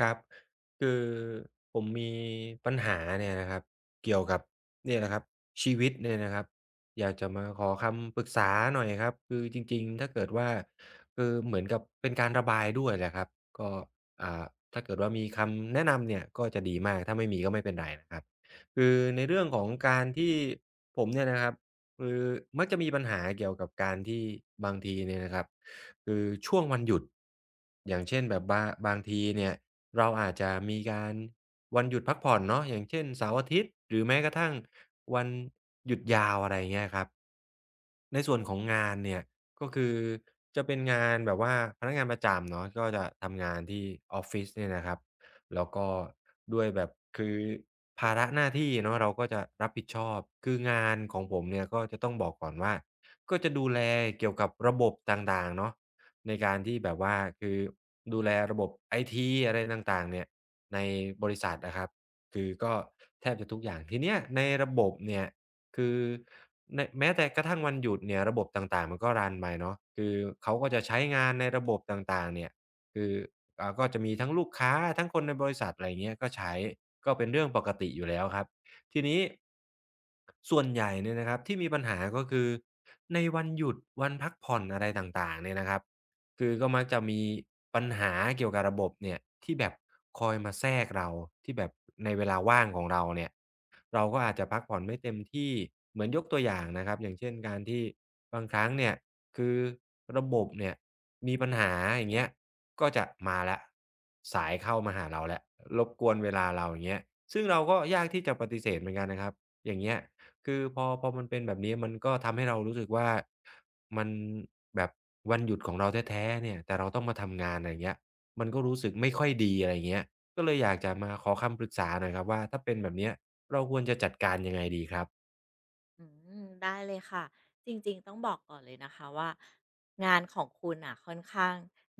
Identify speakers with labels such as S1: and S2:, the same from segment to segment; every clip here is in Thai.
S1: ครับคือผมมีปัญหาเนี่ยนะครับเกี่ยวกับเนี่ยนะครับชีวิตเนี่ยนะครับอยากจะมาขอคำปรึกษาหน่อยครับคือจริงๆถ้าเกิดว่าคือเหมือนกับเป็นการระบายด้วยแหละครับก็อ่าถ้าเกิดว่ามีคำแนะนำเนี่ยก็จะดีมากถ้าไม่มีก็ไม่เป็นไรนะครับคือในเรื่องของการที่ผมเนี่ยนะครับคือมักจะมีปัญหาเกี่ยวกับการที่บางทีเนี่ยนะครับ คือช่วงวันหยุดอย่างเช่นแบบบางทีเนี่ยเราอาจจะมีการวันหยุดพักผ่อนเนาะอย่างเช่นเสาร์อาทิตย์หรือแม้กระทั่งวันหยุดยาวอะไรอย่างเงี้ยครับในส่วนของงานเนี่ยก็คือจะเป็นงานแบบว่าพนักงานประจำเนาะก็จะทำงานที่ออฟฟิศเนี่ยนะครับแล้วก็ด้วยแบบคือภาระหน้าที่เนาะเราก็จะรับผิดชอบคืองานของผมเนี่ยก็จะต้องบอกก่อนว่าก็จะดูแลเกี่ยวกับระบบต่างๆเนาะ ในการที่แบบว่าคือดูแลระบบไอทีอะไรต่างๆเนี่ยในบริษัทนะครับคือก็แทบจะทุกอย่างทีเนี้ยในระบบเนี่ยคือในแม้แต่กระทั่งวันหยุดเนี่ยระบบต่างๆมันก็รันไปเนาะคือเขาก็จะใช้งานในระบบต่างๆเนี่ยคือก็จะมีทั้งลูกค้าทั้งคนในบริษัทอะไรอย่างเงี้ยก็ใช้ก็เป็นเรื่องปกติอยู่แล้วครับทีนี้ส่วนใหญ่เนี่ยนะครับที่มีปัญหาก็คือในวันหยุดวันพักผ่อนอะไรต่างๆเนี่ยนะครับ คือก็มักจะมีปัญหาเกี่ยวกับระบบเนี่ยที่แบบคอยมาแทรกเราที่แบบในเวลาว่างของเราเนี่ยเราก็อาจจะพักผ่อนไม่เต็มที่เหมือนยกตัวอย่างนะครับอย่างเช่นการที่บางครั้งเนี่ยคือระบบเนี่ยมีปัญหาอย่างเงี้ยก็จะมาแล้วสายเข้ามาหาเราแล้วรบกวนเวลาเราอย่างเงี้ยซึ่งเราก็ยากที่จะปฏิเสธเหมือนกันนะครับอย่างเงี้ย คือพอมันเป็นแบบนี้มันก็ทำให้เรารู้สึกว่ามันแบบวันหยุดของเราแท้ๆเนี่ยแต่เราต้องมาทำงานอะไรอย่างเงี้ยมันก็รู้สึกไม่ค่อยดีอะไรอย่างเงี้ยก็เลยอยากจะมาขอคำปรึกษาหน่อยครับว่าถ้าเป็นแบบเนี้ยเราควรจะจัดการยังไงดีครับ
S2: อืมได้เลยค่ะจริงๆต้องบอกก่อนเลยนะคะว่างานของคุณอ่ะค่อนข้าง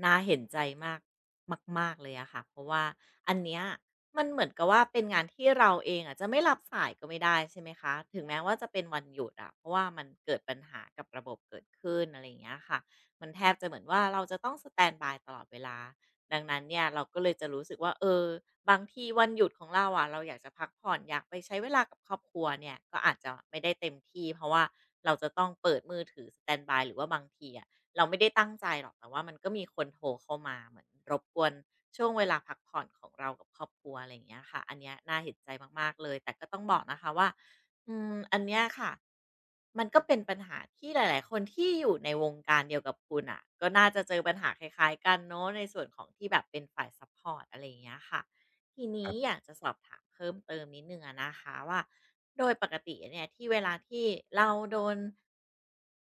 S2: น่าเห็นใจมากมากๆเลยอะค่ะเพราะว่าอันเนี้ยมันเหมือนกับว่าเป็นงานที่เราเองอะจะไม่รับสายก็ไม่ได้ใช่ไหมคะถึงแม้ว่าจะเป็นวันหยุดอะเพราะว่ามันเกิดปัญหากับระบบเกิดขึ้นอะไรอย่างเงี้ยค่ะมันแทบจะเหมือนว่าเราจะต้องสแตนด์บายตลอดเวลา ดังนั้นเนี่ยเราก็เลยจะรู้สึกว่าเออบางทีวันหยุดของเราอะเราอยากจะพักผ่อนอยากไปใช้เวลากับครอบครัวเนี่ยก็อาจจะไม่ได้เต็มที่เพราะว่าเราจะต้องเปิดมือถือสแตนด์บายหรือว่าบางทีอะเราไม่ได้ตั้งใจหรอกแต่ว่ามันก็มีคนโทรเข้ามาเหมือนรบกวนช่วงเวลาพักผ่อนของเรากับครอบครัวอะไรอย่างเงี้ยค่ะอันเนี้ยน่าเห็นใจมากๆเลยแต่ก็ต้องบอกนะคะว่า อันเนี้ยค่ะมันก็เป็นปัญหาที่หลายๆ คนที่อยู่ในวงการเดียวกับคุณอ่ะก็น่าจะเจอปัญหาคล้ายๆกันเนาะในส่วนของที่แบบเป็นฝ่ายซัพพอร์ตอะไรอย่างเงี้ยค่ะทีนี้อยากจะสอบถามเพิ่มเติมนิดหนึ่งอะนะคะว่าโดยปกติเนี่ยที่เวลาที่เราโดน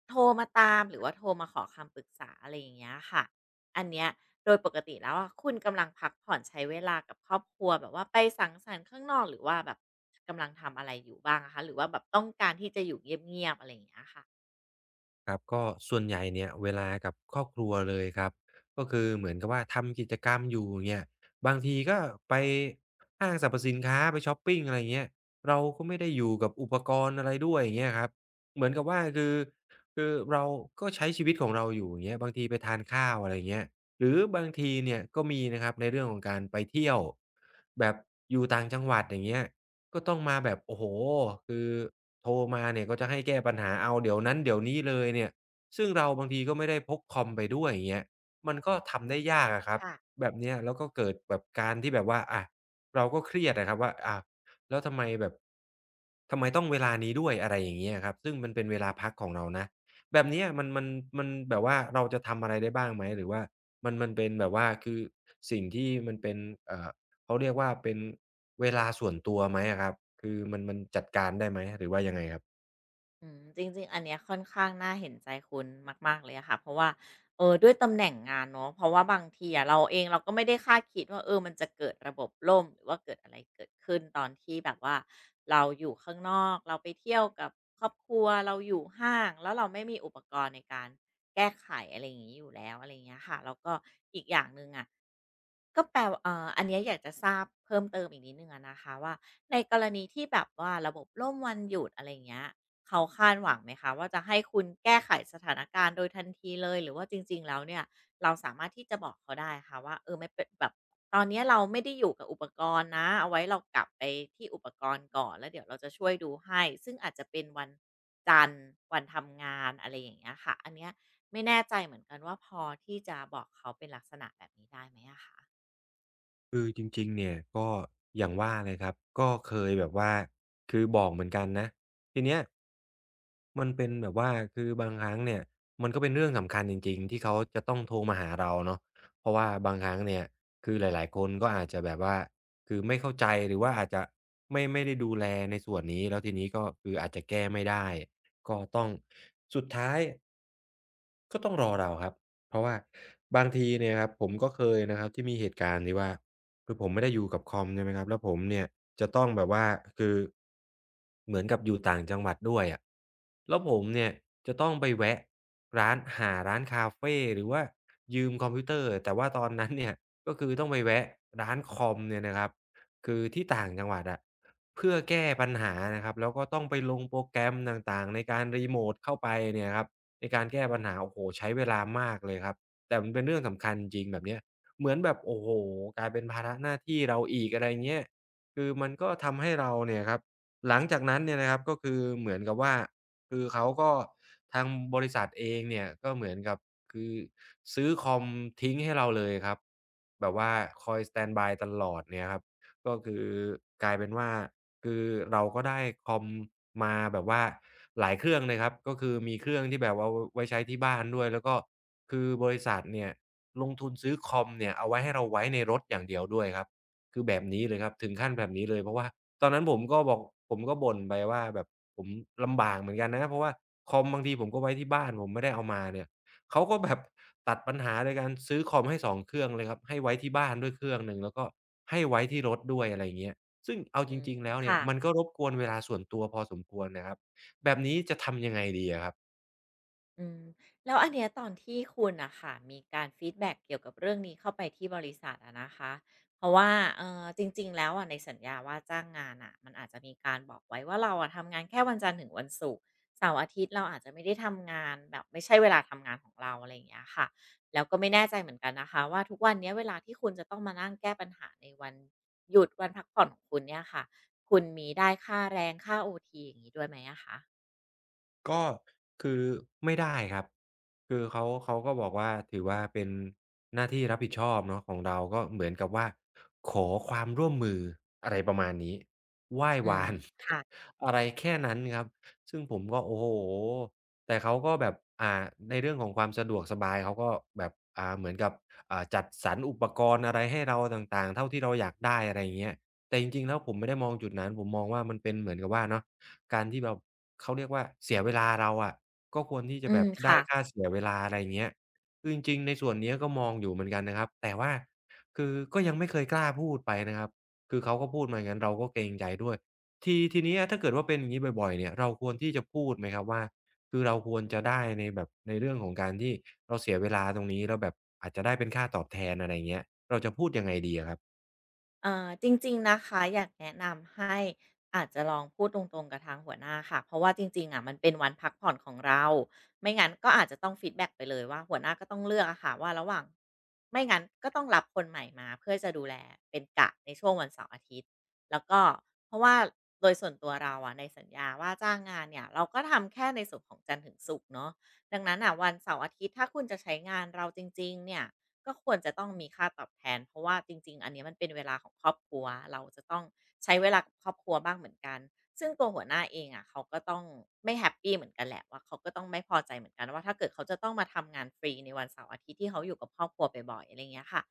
S2: โทรมาตามหรือว่าโทรมาขอคำปรึกษาอะไรอย่างเงี้ยค่ะ อันเนี้ยโดยปกติแล้วอะคุณกำลังพักผ่อนใช้เวลากับครอบครัวแบบว่าไปสังสรรค์ข้างนอกหรือว่าแบบกำลังทำอะไรอยู่บ้างอะคะหรือว่าแบบต้องการที่จะอยู่เงียบๆอะไรอย่างเงี้ยค่ะ
S1: ครับก็ส่วนใหญ่เนี่ยเวลากับครอบครัวเลยครับก็คือเหมือนกับว่าทำกิจกรรมอยู่เนี่ยบางทีก็ไปห้างสรรพสินค้าไปช้อปปิงอะไรอย่างเงี้ยเราก็ไม่ได้อยู่กับอุปกรณ์อะไรด้วยอย่างเงี้ยครับเหมือนกับว่าคือเราก็ใช้ชีวิตของเราอยู่อย่างเงี้ยบางทีไปทานข้าวอะไรเงี้ยหรือบางทีเนี่ยก็มีนะครับในเรื่องของการไปเที่ยวแบบอยู่ต่างจังหวัดอย่างเงี้ย ก็ต้องมาแบบโอ้โฮคือโทรมาเนี่ยก็จะให้แก้ปัญหาเอาเดี๋ยวนั้นเดี๋ยวนี้เลยเนี่ยซึ่งเราบางทีก็ไม่ได้พกคอมไปด้วยอย่างเงี้ยมันก็ทำ
S2: อื
S1: ได้
S2: ม
S1: ยากอะครับ
S2: ค่ะ
S1: แบบเนี้ยแล้วก็เกิดแบบการที่แบบว่าอะเราก็เครียดอะครับว่าอ้าวแล้วทำไมแบบทำไมต้องเวลานี้ด้วยอะไรอย่างเงี้ยครับซึ่งมันเป็นเวลาพักของเรานะแบบเนี้ยมันมันแบบว่าเราจะทำอะไรได้บ้างไหมหรือว่ามันเป็นแบบว่าคือสิ่งที่มันเป็นเอ่อ เขาเรียกว่าเป็นเวลาส่วนตัวไหมอะครับ คือมันจัดการได้ไหมหรือว่ายังไงครับ
S2: อืมจริงๆ อันเนี้ยค่อนข้างน่าเห็นใจคุณมากๆเลยอะค่ะเพราะว่าเออด้วยตำแหน่งงานเนาะเพราะว่าบางทีอะเราเองเราก็ไม่ได้คาดคิดว่าเออมันจะเกิดระบบล่มหรือว่าเกิดอะไรเกิดขึ้นตอนที่แบบว่าเราอยู่ข้างนอกเราไปเที่ยวกับครอบครัวเราอยู่ห้างแล้วเราไม่มีอุปกรณ์ในการแก้ไขอะไรอย่างนี้อยู่แล้วอะไรอย่างเงี้ยค่ะแล้วก็อีกอย่างหนึ่งอะ ก็แปลว่าเอ่าอันเนี้ยอยากจะทราบเพิ่มเติมอีกนิดหนึ่งอะนะคะว่าในกรณีที่แบบว่าระบบล่มวันหยุดอะไร่เงี้ยเขาคาดหวังไหมคะว่าจะให้คุณแก้ไขสถานการณ์โดยทันทีเลยหรือว่าจริงๆแล้วเนี่ยเราสามารถที่จะบอกเขาได้คะว่าเออไม่เป็นแบบตอนเนี้ยเราไม่ได้อยู่กับอุปกรณ์นะเอาไว้เรากลับไปที่อุปกรณ์ก่อนแล้วเดี๋ยวเราจะช่วยดูให้ซึ่งอาจจะเป็นวันจันทร์วันทำงานอะไรอย่างเงี้ยค่ะอันเนี้ยไม่แน่ใจเหมือนกันว่าพอที่จะบอกเขาเป็นลักษณะแบบนี้ได้ไหมอะคะ
S1: คือจริงๆเนี่ยก็อย่างว่าเลยครับ ก็เคยแบบว่าคือบอกเหมือนกันนะทีเนี้ยมันเป็นแบบว่าคือบางครั้งเนี่ยมันก็เป็นเรื่องสำคัญจริงๆที่เขาจะต้องโทรมาหาเราเนาะเพราะว่าบางครั้งเนี่ยคือหลายๆคนก็อาจจะแบบว่าคือไม่เข้าใจหรือว่าอาจจะไม่ได้ดูแลในส่วนนี้แล้วทีนี้ก็คืออาจจะแก้ไม่ได้ก็ต้องสุดท้าย ก็ต้องรอเราครับเพราะว่าบางทีเนี่ยครับผมก็เคยนะครับที่มีเหตุการณ์ที่ว่าคือผมไม่ได้อยู่กับคอมใช่ไหมครับแล้วผมเนี่ยจะต้องแบบว่าคือเหมือนกับอยู่ต่างจังหวัดด้วยอะแล้วผมเนี่ยจะต้องไปแวะร้านหาร้านคาเฟหรือว่ายืมคอมพิวเตอร์แต่ว่าตอนนั้นเนี่ยก็คือต้องไปแวะร้านคอมเนี่ยนะครับคือที่ต่างจังหวัดอะเพื่อแก้ปัญหานะครับแล้วก็ต้องไปลงโปรแกรมต่างๆในการรีโมตเข้าไปเนี่ยครับ ในการแก้ปัญหาโอ้โฮใช้เวลามากเลยครับแต่มันเป็นเรื่องสำคัญจริงๆแบบเนี้ยเหมือนแบบโอ้โฮกลายเป็นภาระหน้าที่เราอีกอะไรเงี้ยคือมันก็ทำให้เราเนี่ยครับหลังจากนั้นเนี่ยนะครับก็คือเหมือนกับว่าคือเขาก็ทางบริษัทเองเนี่ยก็เหมือนกับคือซื้อคอมทิ้งให้เราเลยครับแบบว่าคอยสแตนด์บายตลอดเนี่ยครับก็คือกลายเป็นว่า คือเราก็ได้คอมมาแบบว่าหลายเครื่องเลยครับก็คือมีเครื่องที่แบบว่าไว้ใช้ที่บ้านด้วยแล้วก็คือบริษัทเนี่ยลงทุนซื้อคอมเนี่ยเอาไว้ให้เราไว้ในรถอย่างเดียวด้วยครับคือแบบนี้เลยครับถึงขั้นแบบนี้เลยเพราะว่าตอนนั้นผมก็บอกผมก็บ่นไปว่าแบบผมลำบากเหมือนกันนะเพราะว่าคอมบางทีผมก็ไว้ที่บ้านผมไม่ได้เอามาเนี่ยเขาก็แบบตัดปัญหาโดยการซื้อคอมให้สองเครื่องเลยครับให้ไว้ที่บ้านด้วยเครื่องหนึ่งแล้วก็ให้ไว้ที่รถด้วยอะไรอย่างเงี้ย ซึ่งเอาจ
S2: อืม
S1: ริงๆแล้วเนี่ย
S2: ค่ะ
S1: มันก็รบกวนเวลาส่วนตัวพอสมควรนะครับแบบนี้จะทำยังไงดีอะครับ
S2: อืมแล้วอันเนี้ยตอนที่คุณน่ะค่ะมีการฟีดแบ็กเกี่ยวกับเรื่องนี้เข้าไปที่บริษัทอะนะคะเพราะว่าจริงๆแล้วอะในสัญญาว่าจ้างงานน่ะมันอาจจะมีการบอกไว้ว่าเราอะทำงานแค่วันจันทร์ถึงวันศุกร์เสาร์อาทิตย์เราอาจจะไม่ได้ทำงานแบบไม่ใช่เวลาทำงานของเราอะไรอย่างเงี้ยค่ะแล้วก็ไม่แน่ใจเหมือนกันนะคะว่าทุกวันเนี้ยเวลาที่คุณจะต้องมานั่งแก้ปัญหาในวันหยุดวันพักผ่อนของคุณเนี่ยค่ะคุณมีได้ค่าแรงค่าโอทีอย่างงี้ด้วยไหมอะคะ
S1: ก็คือไม่ได้ครับคือเขาก็บอกว่าถือว่าเป็นหน้าที่รับผิดชอบเนาะของเราก็เหมือนกับว่าขอความร่วมมืออะไรประมาณนี้ไหว้
S2: อื
S1: วา
S2: ม
S1: น
S2: ค่ะ
S1: อะไรแค่นั้นครับซึ่งผมก็โอ้โฮแต่เขาก็แบบอ่าในเรื่องของความสะดวกสบายเขาก็แบบเหมือนกับจัดสรรอุปกรณ์อะไรให้เราต่างๆเท่าที่เราอยากได้อะไรอย่างเงี้ยแต่จริงๆแล้วผมไม่ได้มองจุดนั้นผมมองว่ามันเป็นเหมือนกับว่าเนาะ การที่แบบเขาเรียกว่าเสียเวลาเราอะก็ควรที่จะ
S2: อื
S1: แบ
S2: ม
S1: บได้
S2: ค่ะ
S1: ค่าเสียเวลาอะไรอย่างเงี้ยคือจริงๆในส่วนเนี้ยก็มองอยู่เหมือนกันนะครับแต่ว่าคือก็ยังไม่เคยกล้าพูดไปนะครับคือเขาก็พูดมาอย่างงั้นเราก็เกรงใจด้วยทีเนี้ยถ้าเกิดว่าเป็นอย่างงี้บ่อยๆเนี่ยเราควรที่จะพูดไหมครับว่าคือเราควรจะได้ในแบบในเรื่องของการที่เราเสียเวลาตรงนี้แล้วแบบอาจจะได้เป็นค่าตอบแทนอะไรอย่างเงี้ยเราจะพูดยังไงดีอะครับ
S2: จริงๆนะคะอยากแนะนำให้อาจจะลองพูดตรงๆกับทางหัวหน้าค่ะเพราะว่าจริงๆอะมันเป็นวันพักผ่อนของเราไม่งั้นก็อาจจะต้องฟีดแบ็กไปเลยว่าหัวหน้าก็ต้องเลือกอะค่ะว่าระหว่างไม่งั้นก็ต้องรับคนใหม่มาเพื่อจะดูแลเป็นกะในช่วงวันเสาร์อาทิตย์แล้วก็เพราะว่าโดยส่วนตัวเราอะในสัญญาว่าจ้างงานเนี่ยเราก็ทำแค่ในส่วนของจันทร์ถึงศุกร์เนาะดังนั้นอ่ะวันเสาร์อาทิตย์ถ้าคุณจะใช้งานเราจริงๆเนี่ย ก็ควรจะต้องมีค่าตอบแทนเพราะว่าจริงๆ อันเนี้ยมันเป็นเวลาของครอบครัวเราจะต้องใช้เวลากับครอบครัวบ้างเหมือนกันซึ่งตัวหัวหน้าเองอะเขาก็ต้องไม่แฮปปีเหมือนกันแหละว่าเขาก็ต้องไม่พอใจเหมือนกันว่าถ้าเกิดเขาจะต้องมาทำงานฟรีในวันเสาร์อาทิตย์ที่เขาอยู่กับครอบครัวบ่อยๆอะไรเงี้ยค่ะ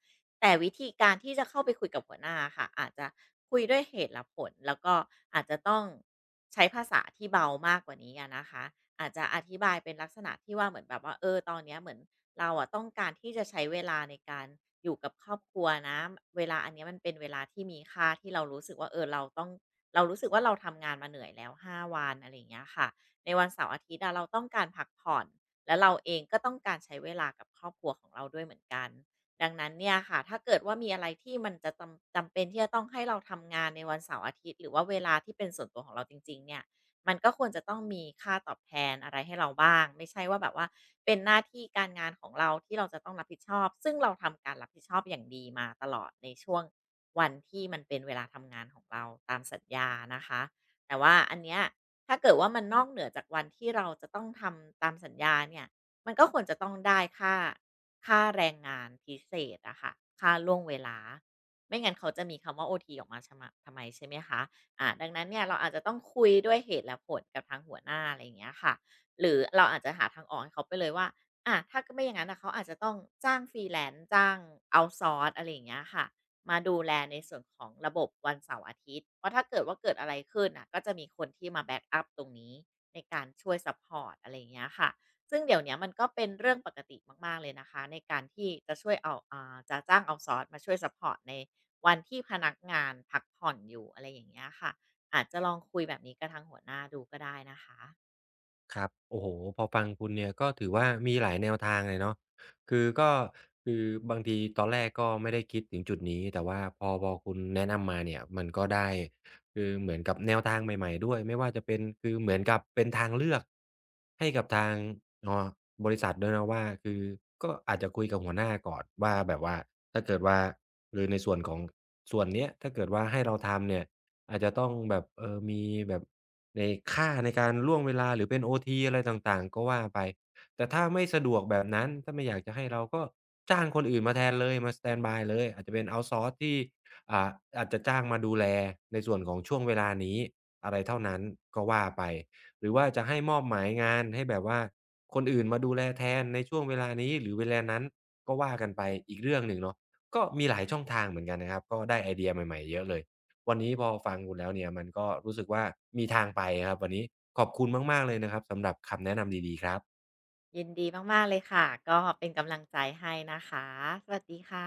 S2: แต่วิธีการที่จะเข้าไปคุยกับหัวหน้าค่ะอาจจะคุยด้วยเหตุและผลแล้วก็อาจจะต้องใช้ภาษาที่เบามากกว่านี้อะนะคะอาจจะอธิบายเป็นลักษณะที่ว่าเหมือนแบบว่าเออตอนเนี้ยเหมือนเราอะต้องการที่จะใช้เวลาในการอยู่กับครอบครัวนะเวลาอันเนี้ยมันเป็นเวลาที่มีค่าที่เรารู้สึกว่าเออเราต้องเรารู้สึกว่าเราทำงานมาเหนื่อยแล้ว5 วันอะไรอย่างเงี้ยค่ะในวันเสาร์อาทิตย์อะเราต้องการพักผ่อนและเราเองก็ต้องการใช้เวลากับครอบครัวของเราด้วยเหมือนกัน ดังนั้นเนี่ยค่ะถ้าเกิดว่ามีอะไรที่มันจะจำเป็นที่จะต้องให้เราทำงานในวันเสาร์อาทิตย์หรือว่าเวลาที่เป็นส่วนตัวของเราจริงๆเนี่ยมันก็ควรจะต้องมีค่าตอบแทนอะไรให้เราบ้างไม่ใช่ว่าแบบว่าเป็นหน้าที่การงานของเราที่เราจะต้องรับผิดชอบซึ่งเราทำการรับผิดชอบอย่างดีมาตลอดในช่วงวันที่มันเป็นเวลาทำงานของเราตามสัญญานะคะแต่ว่าอันเนี้ยถ้าเกิดว่ามันนอกเหนือจากวันที่เราจะต้องทำตามสัญญาเนี่ยมันก็ควรจะต้องได้ค่าแรงงานพิเศษอะค่ะค่าล่วงเวลาไม่งั้นเขาจะมีคำว่า OT อทีออกมาชะมะทำไมใช่ไหมคะดังนั้นเนี่ยเราอาจจะต้องคุยด้วยเหตุและผลกับทางหัวหน้าอะไรอย่างเงี้ยค่ะหรือเราอาจจะหาทางออกให้เขาไปเลยว่าถ้าไม่อย่างนั้นน่ะเขาอาจจะต้องจ้าง freelance จ้าง outsource อะไรอย่างเงี้ยค่ะมาดูแลในส่วนของระบบวันเสาร์อาทิตย์เพราะถ้าเกิดว่าเกิดอะไรขึ้นน่ะก็จะมีคนที่มาแบ็กอัปตรงนี้ในการช่วยซัปพอร์ตอะไรอย่างเงี้ยค่ะ ซึ่งเดี๋ยวเนี้ยมันก็เป็นเรื่องปกติมากๆเลยนะคะในการที่จะช่วยเอาจะจ้างเอาซอสมาช่วยซัปพอร์ตในวันที่พนักงานพักผ่อนอยู่อะไรอย่างเงี้ยค่ะอาจจะลองคุยแบบนี้กับทางหัวหน้าดูก็ได้นะคะ
S1: ครับโอ้โฮพอฟังคุณเนี่ยก็ถือว่ามีหลายแนวทางเลยเนาะคือก็คือบางทีตอนแรกก็ไม่ได้คิดถึงจุดนี้ แต่ว่าพอคุณแนะนำมาเนี่ยมันก็ได้คือเหมือนกับแนวทางใหม่ๆด้วย ไม่ว่าจะเป็น คือเหมือนกับเป็นทางเลือกให้กับทางเอ่อบริษัทด้วยนะว่าคือก็อาจจะคุยกับหัวหน้าก่อนว่าแบบว่าถ้าเกิดว่าคือในส่วนของส่วนเนี้ยถ้าเกิดว่าให้เราทำเนี่ย อาจจะต้องแบบเออมีแบบในค่าในการล่วงเวลาหรือเป็นOTอะไรต่างๆก็ว่าไปแต่ถ้าไม่สะดวกแบบนั้นถ้าไม่อยากจะให้เราก็จ้างคนอื่นมาแทนเลยมาสแตนด์บายเลยอาจจะเป็นเอาต์ซอร์ซที่อ่าอาจจะจ้างมาดูแลในส่วนของช่วงเวลานี้อะไรเท่านั้นก็ว่าไปหรือว่าจะให้มอบหมายงานให้แบบว่าคนอื่นมาดูแลแทนในช่วงเวลานี้หรือเวลานั้นก็ว่ากันไปอีกเรื่องหนึ่งเนาะก็มีหลายช่องทางเหมือนกันนะครับก็ได้ไอเดียใหม่ๆเยอะเลย วันนี้พอฟังคุณแล้วเนี่ยมันก็รู้สึกว่ามีทางไปครับวันนี้ขอบคุณมากๆเลยนะครับสำหรับคำแนะนำดีๆครับ
S2: ยินดีมากๆเลยค่ะก็เป็นกำลังใจให้นะคะสวัสดีค่ะ